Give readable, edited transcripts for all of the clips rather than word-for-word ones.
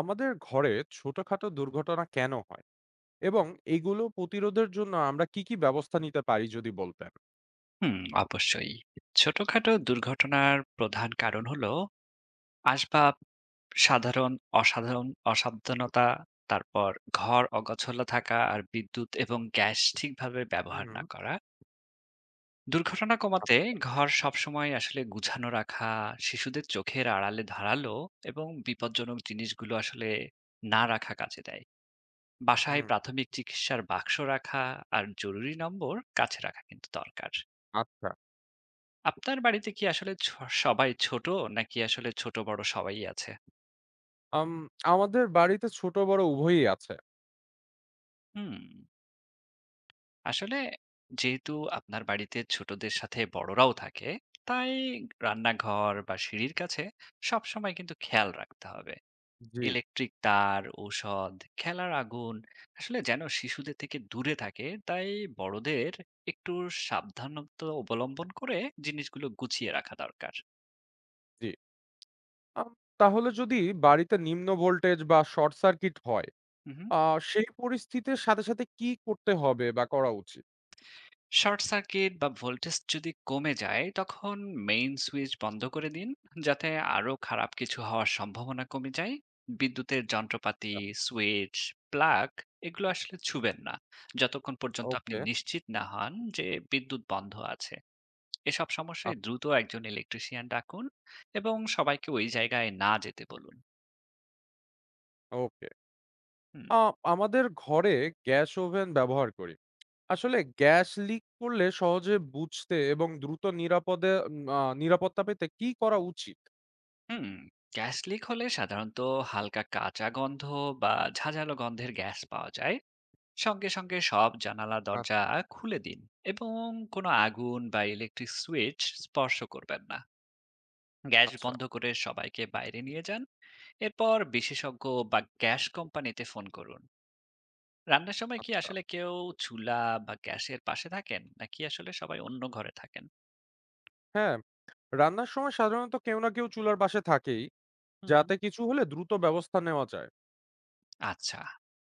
আমাদের ঘরে ছোটখাটো দুর্ঘটনা কেন হয় এবং এগুলো প্রতিরোধের জন্য আমরা কি কি ব্যবস্থা নিতে পারি যদি বলতেন। হুম, অবশ্যই। ছোটখাটো দুর্ঘটনার প্রধান কারণ হলো আসবাব, সাধারণ, অসাধারণ অসাবধানতা, তারপর ঘর অগোছালো থাকা আর বিদ্যুৎ এবং গ্যাস ঠিকভাবে ব্যবহার হুম। না করা। দুর্ঘটনা কমাতে আ- ঘর সবসময় আসলে গুছানো রাখা, শিশুদের চোখের আড়ালে ধারালো এবং বিপজ্জনক জিনিসগুলো আসলে না রাখা কাজে দেয়। বাসায় হুম। প্রাথমিক চিকিৎসার বাক্স রাখা আর জরুরি নম্বর কাছে রাখা কিন্তু দরকার। আচ্ছা। আপনার বাড়িতে কি আসলে সবাই ছোট নাকি আসলে ছোট বড় সবাই আছে? আম, আমাদের বাড়িতে ছোট বড় উভয়ই আছে। হুম, আসলে যেহেতু আপনার বাড়িতে ছোটদের সাথে বড়রাও থাকে, তাই রান্নাঘর বা সিঁড়ির কাছে সবসময় কিন্তু খেয়াল রাখতে হবে। জি। ইলেকট্রিক তার, ঔষধ, খেলার আগুন আসলে যেন শিশুদের থেকে দূরে থাকে, তাই বড়দের একটু সাবধানতা অবলম্বন করে জিনিসগুলো গুছিয়ে রাখা দরকার। জি। আম, তাহলে যদি বাড়িতে নিম্ন ভোল্টেজ বা শর্ট সার্কিট হয়, হুম। সেই পরিস্থিতির সাথে সাথে কি করতে হবে বা করা উচিত? শর্ট সার্কিট বা ভোল্টেজ যদি কমে যায় তখন মেইন সুইচ বন্ধ করে দিন, যাতে আরো খারাপ কিছু হওয়ার সম্ভাবনা কমে যায়। বিদ্যুতের যন্ত্রপাতি, সুইচ, প্লাগ, এগুলো আসলে ছুবেন না যতক্ষণ পর্যন্ত আপনি ওকে। নিশ্চিত না হন যে বিদ্যুৎ বন্ধ আছে। এসব সমস্যায় দ্রুত একজন ইলেকট্রিশিয়ান ডাকুন এবং সবাইকে ওই জায়গায় না যেতে বলুন। ওকে। হুম আ, আমাদের ঘরে গ্যাস ওভেন ব্যবহার করি। আসলে গ্যাস লিক করলে সহজে বুঝতে এবং দ্রুত নিরাপদে নিরাপত্তা পেতে কি করা উচিত? হুম। গ্যাস লিক হলে সাধারণত হালকা কাঁচা গন্ধ বা ঝাঁঝালো গন্ধের গ্যাস পাওয়া যায়। সঙ্গে সঙ্গে সব জানালা দরজা আচ্ছা, খুলে দিন এবং কোনো আগুন বা ইলেকট্রিক সুইচ স্পর্শ করবেন না। গ্যাস আচ্ছা, বন্ধ করে সবাইকে বাইরে নিয়ে যান। এরপর বিশেষজ্ঞ বা গ্যাস কোম্পানিতে ফোন করুন। রান্নার সময় কি আচ্ছা। আসলে কেউ চুলা বা গ্যাসের পাশে থাকেন, নাকি আসলে সবাই অন্য ঘরে থাকেন? হ্যাঁ, রান্নার সময় সাধারণত কেউ না কেউ চুলার পাশে থাকেই, হুম হুম। যাতে কিছু হলে দ্রুত ব্যবস্থা নেওয়া যায়। আচ্ছা,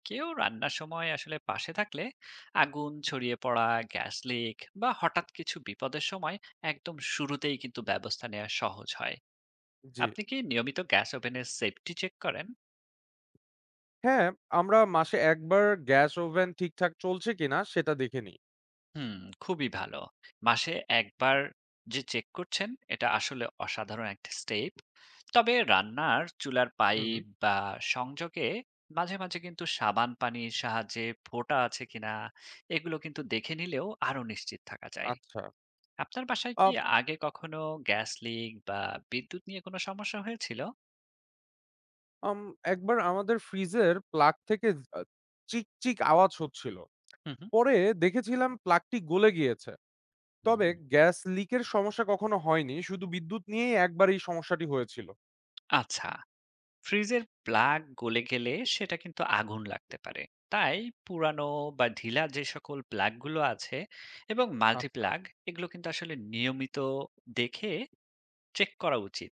কেউ রান্নার সময় আসলে পাশে থাকলে আগুন ছড়িয়ে পড়া, গ্যাস লিক বা হঠাৎ কিছু বিপদের সময় একদম শুরুতেই কিন্তু ব্যবস্থা নেওয়া সহজ হয়। জি। আপনি কি নিয়মিত গ্যাস ওভেনের সেফটি চেক করেন? হ্যাঁ, আমরা মাসে ১ বার গ্যাস ওভেন ঠিকঠাক চলছে কিনা সেটা দেখে নিই। হুম, খুবই ভালো। মাসে একবার যে চেক করছেন, এটা আসলে অসাধারণ একটা স্টেপ। তবে রান্নার চুলার হুম, পাইপ বা সংযোগে মাঝে, মাঝে কিন্তু সাবান পানির সাহায্যে ফোঁটা আছে কিনা, এগুলো কিন্তু দেখে নিলেও আরো নিশ্চিত থাকা যায়। আচ্ছা। আপনার বাসায় কি আপ আগে কখনো গ্যাস লিক বা বিদ্যুৎ নিয়ে কোনো সমস্যা হয়েছিল? আম, একবার আমাদের ফ্রিজের প্লাগ থেকে আ চিক, চিক আওয়াজ হচ্ছিল। হুম, হুম। পরে দেখেছিলাম প্লাগটি গলে গিয়েছে। তবে হুম, গ্যাস লিকের সমস্যা কখনো হয়নি। শুধু বিদ্যুৎ নিয়েই একবার এই সমস্যাটি হয়েছিল। আচ্ছা। ফ্রিজের প্লাগ গলে গেলে সেটা কিন্তু আগুন লাগতে পারে, তাই পুরানো বা ঢিলা যে সকল প্লাগগুলো আছে এবং আচ্ছা, মাল্টিপ্লাগ, এগুলো কিন্তু আসলে নিয়মিত দেখে চেক করা উচিত।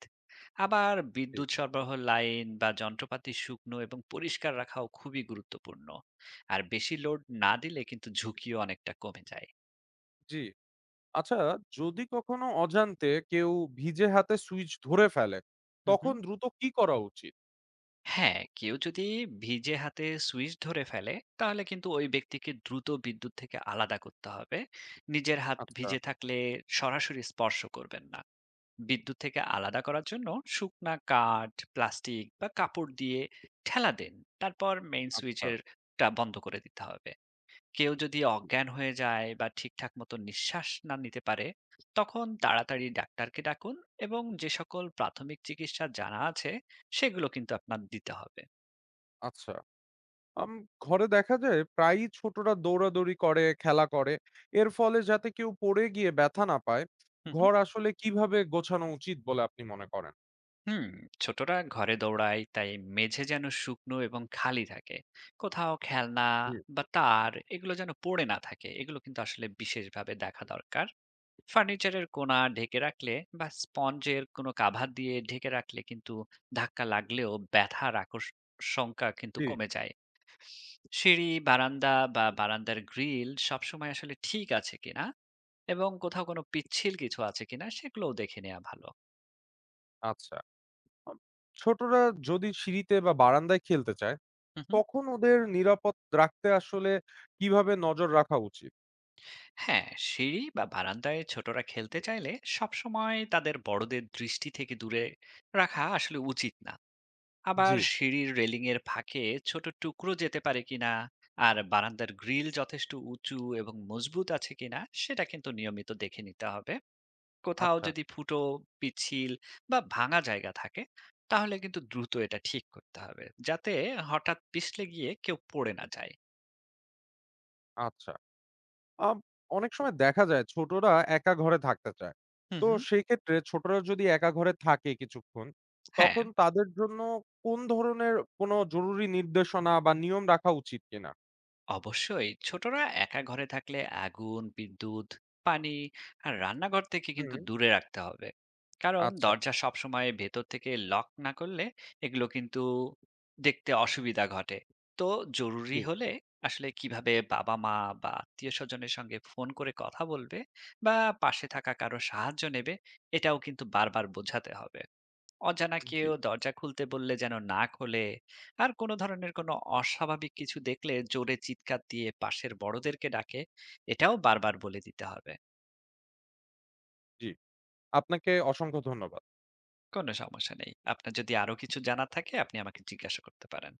আবার জি। বিদ্যুৎ সরবরাহ লাইন বা যন্ত্রপাতি শুকনো এবং পরিষ্কার রাখাও খুবই গুরুত্বপূর্ণ। আর বেশি লোড না দিলে কিন্তু ঝুঁকিও অনেকটা কমে যায়। জি। আচ্ছা, যদি কখনো অজান্তে কেউ ভিজে হাতে সুইচ ধরে ফেলে, হুম তখন হুম। দ্রুত কি করা উচিত? হ্যাঁ, কেউ যদি ভিজে হাতে সুইচ ধরে ফেলে, তাহলে কিন্তু ওই ব্যক্তিকে দ্রুত বিদ্যুৎ থেকে আলাদা করতে হবে। নিজের হাত আচ্ছা, ভিজে থাকলে সরাসরি স্পর্শ করবেন না। বিদ্যুৎ থেকে আলাদা করার জন্য শুকনা কাঠ, প্লাস্টিক বা কাপড় দিয়ে ঠেলা দেন, তারপর মেইন আচ্ছা, সুইচের টা বন্ধ করে দিতে হবে। কেউ যদি অজ্ঞান হয়ে যায় বা ঠিকঠাক মতো নিঃশ্বাস না নিতে পারে, তখন তাড়াতাড়ি ডাক্তারকে ডাকুন এবং যে সকল প্রাথমিক চিকিৎসা জানা আছে, সেগুলো কিন্তু আপনার দিতে হবে। আচ্ছা। আম, ঘরে দেখা যায় প্রায়ই ছোটরা দৌড়াদৌড়ি করে, খেলা করে। এর ফলে যাতে কেউ পড়ে গিয়ে ব্যথা না পায়, হুম, হুম। ঘর আসলে কিভাবে গোছানো উচিত বলে আপনি মনে করেন? হুম, ছোটরা ঘরে দৌড়ায়, তাই মেঝে যেন শুকনো এবং খালি থাকে। কোথাও খেলনা জি, বা তার এগুলো যেন পড়ে না থাকে, এগুলো কিন্তু আসলে বিশেষভাবে দেখা দরকার। ফার্নিচারের কোণা ঢেকে রাখলে বা স্পঞ্জের কোনো কাভার দিয়ে ঢেকে রাখলে কিন্তু ধাক্কা লাগলেও ব্যথার আকর্ষণটা কিন্তু জি। কমে যায়। সিঁড়ি, বারান্দা বা বারান্দার গ্রিল সবসময় আসলে ঠিক আছে কিনা এবং কোথাও কোনো পিচ্ছিল কিছু আছে কিনা, সেগুলোও দেখে নেওয়া ভালো। আচ্ছা। আম, ছোটরা যদি সিঁড়িতে বা বারান্দায় খেলতে চায়, হুম হুম। তখন ওদের নিরাপদ রাখতে আসলে কিভাবে নজর রাখা উচিত? হ্যাঁ, সিঁড়ি বা বারান্দায় ছোটরা খেলতে চাইলে সবসময় তাদের বড়দের দৃষ্টি থেকে দূরে রাখা আসলে উচিত না। জি। আবার সিঁড়ির রেলিং এর ফাঁকে ছোট টুকরো যেতে পারে কিনা, আর বারান্দার গ্রিল যথেষ্ট উঁচু এবং মজবুত আছে কিনা, সেটা কিন্তু নিয়মিত দেখে নিতে হবে। কোথাও আচ্ছা, যদি ফুটো, পিচ্ছিল বা ভাঙা জায়গা থাকে, তাহলে কিন্তু দ্রুত এটা ঠিক করতে হবে, যাতে হঠাৎ পিছলে গিয়ে কেউ পড়ে না যায়। আচ্ছা। আম, অনেক সময় দেখা যায় ছোটরা একা ঘরে থাকতে চায়। হুম তো হুম। সেক্ষেত্রে ছোটরা যদি একা ঘরে থাকে কিছুক্ষণ, হ্যাঁ, তখন তাদের জন্য কোন ধরনের কোনো জরুরি নির্দেশনা বা নিয়ম রাখা উচিত কিনা? অবশ্যই, ছোটরা একা ঘরে থাকলে আগুন, বিদ্যুৎ, পানি আর রান্নাঘর থেকে কিন্তু হুম, দূরে রাখতে হবে। কারণ আচ্ছা। দরজা সবসময় ভেতর থেকে লক না করলে এগুলো কিন্তু দেখতে অসুবিধা ঘটে। তো জি, জরুরি হলে আসলে কিভাবে বাবা মা বা আত্মীয় স্বজনের সঙ্গে ফোন করে কথা বলবে, বা পাশে থাকা কারো সাহায্য নেবে, এটাও কিন্তু বারবার বোঝাতে হবে। অজানা জি, কেউ দরজা খুলতে বললে যেন না খোলে, আর কোনো ধরনের কোনো অস্বাভাবিক কিছু দেখলে জোরে চিৎকার দিয়ে পাশের বড়দেরকে ডাকে, এটাও বারবার বলে দিতে হবে। জি। আপনাকে অসংখ্য ধন্যবাদ। কোনো সমস্যা নেই, আপনার যদি আরো কিছু জানা থাকে আপনি আমাকে জিজ্ঞাসা করতে পারেন।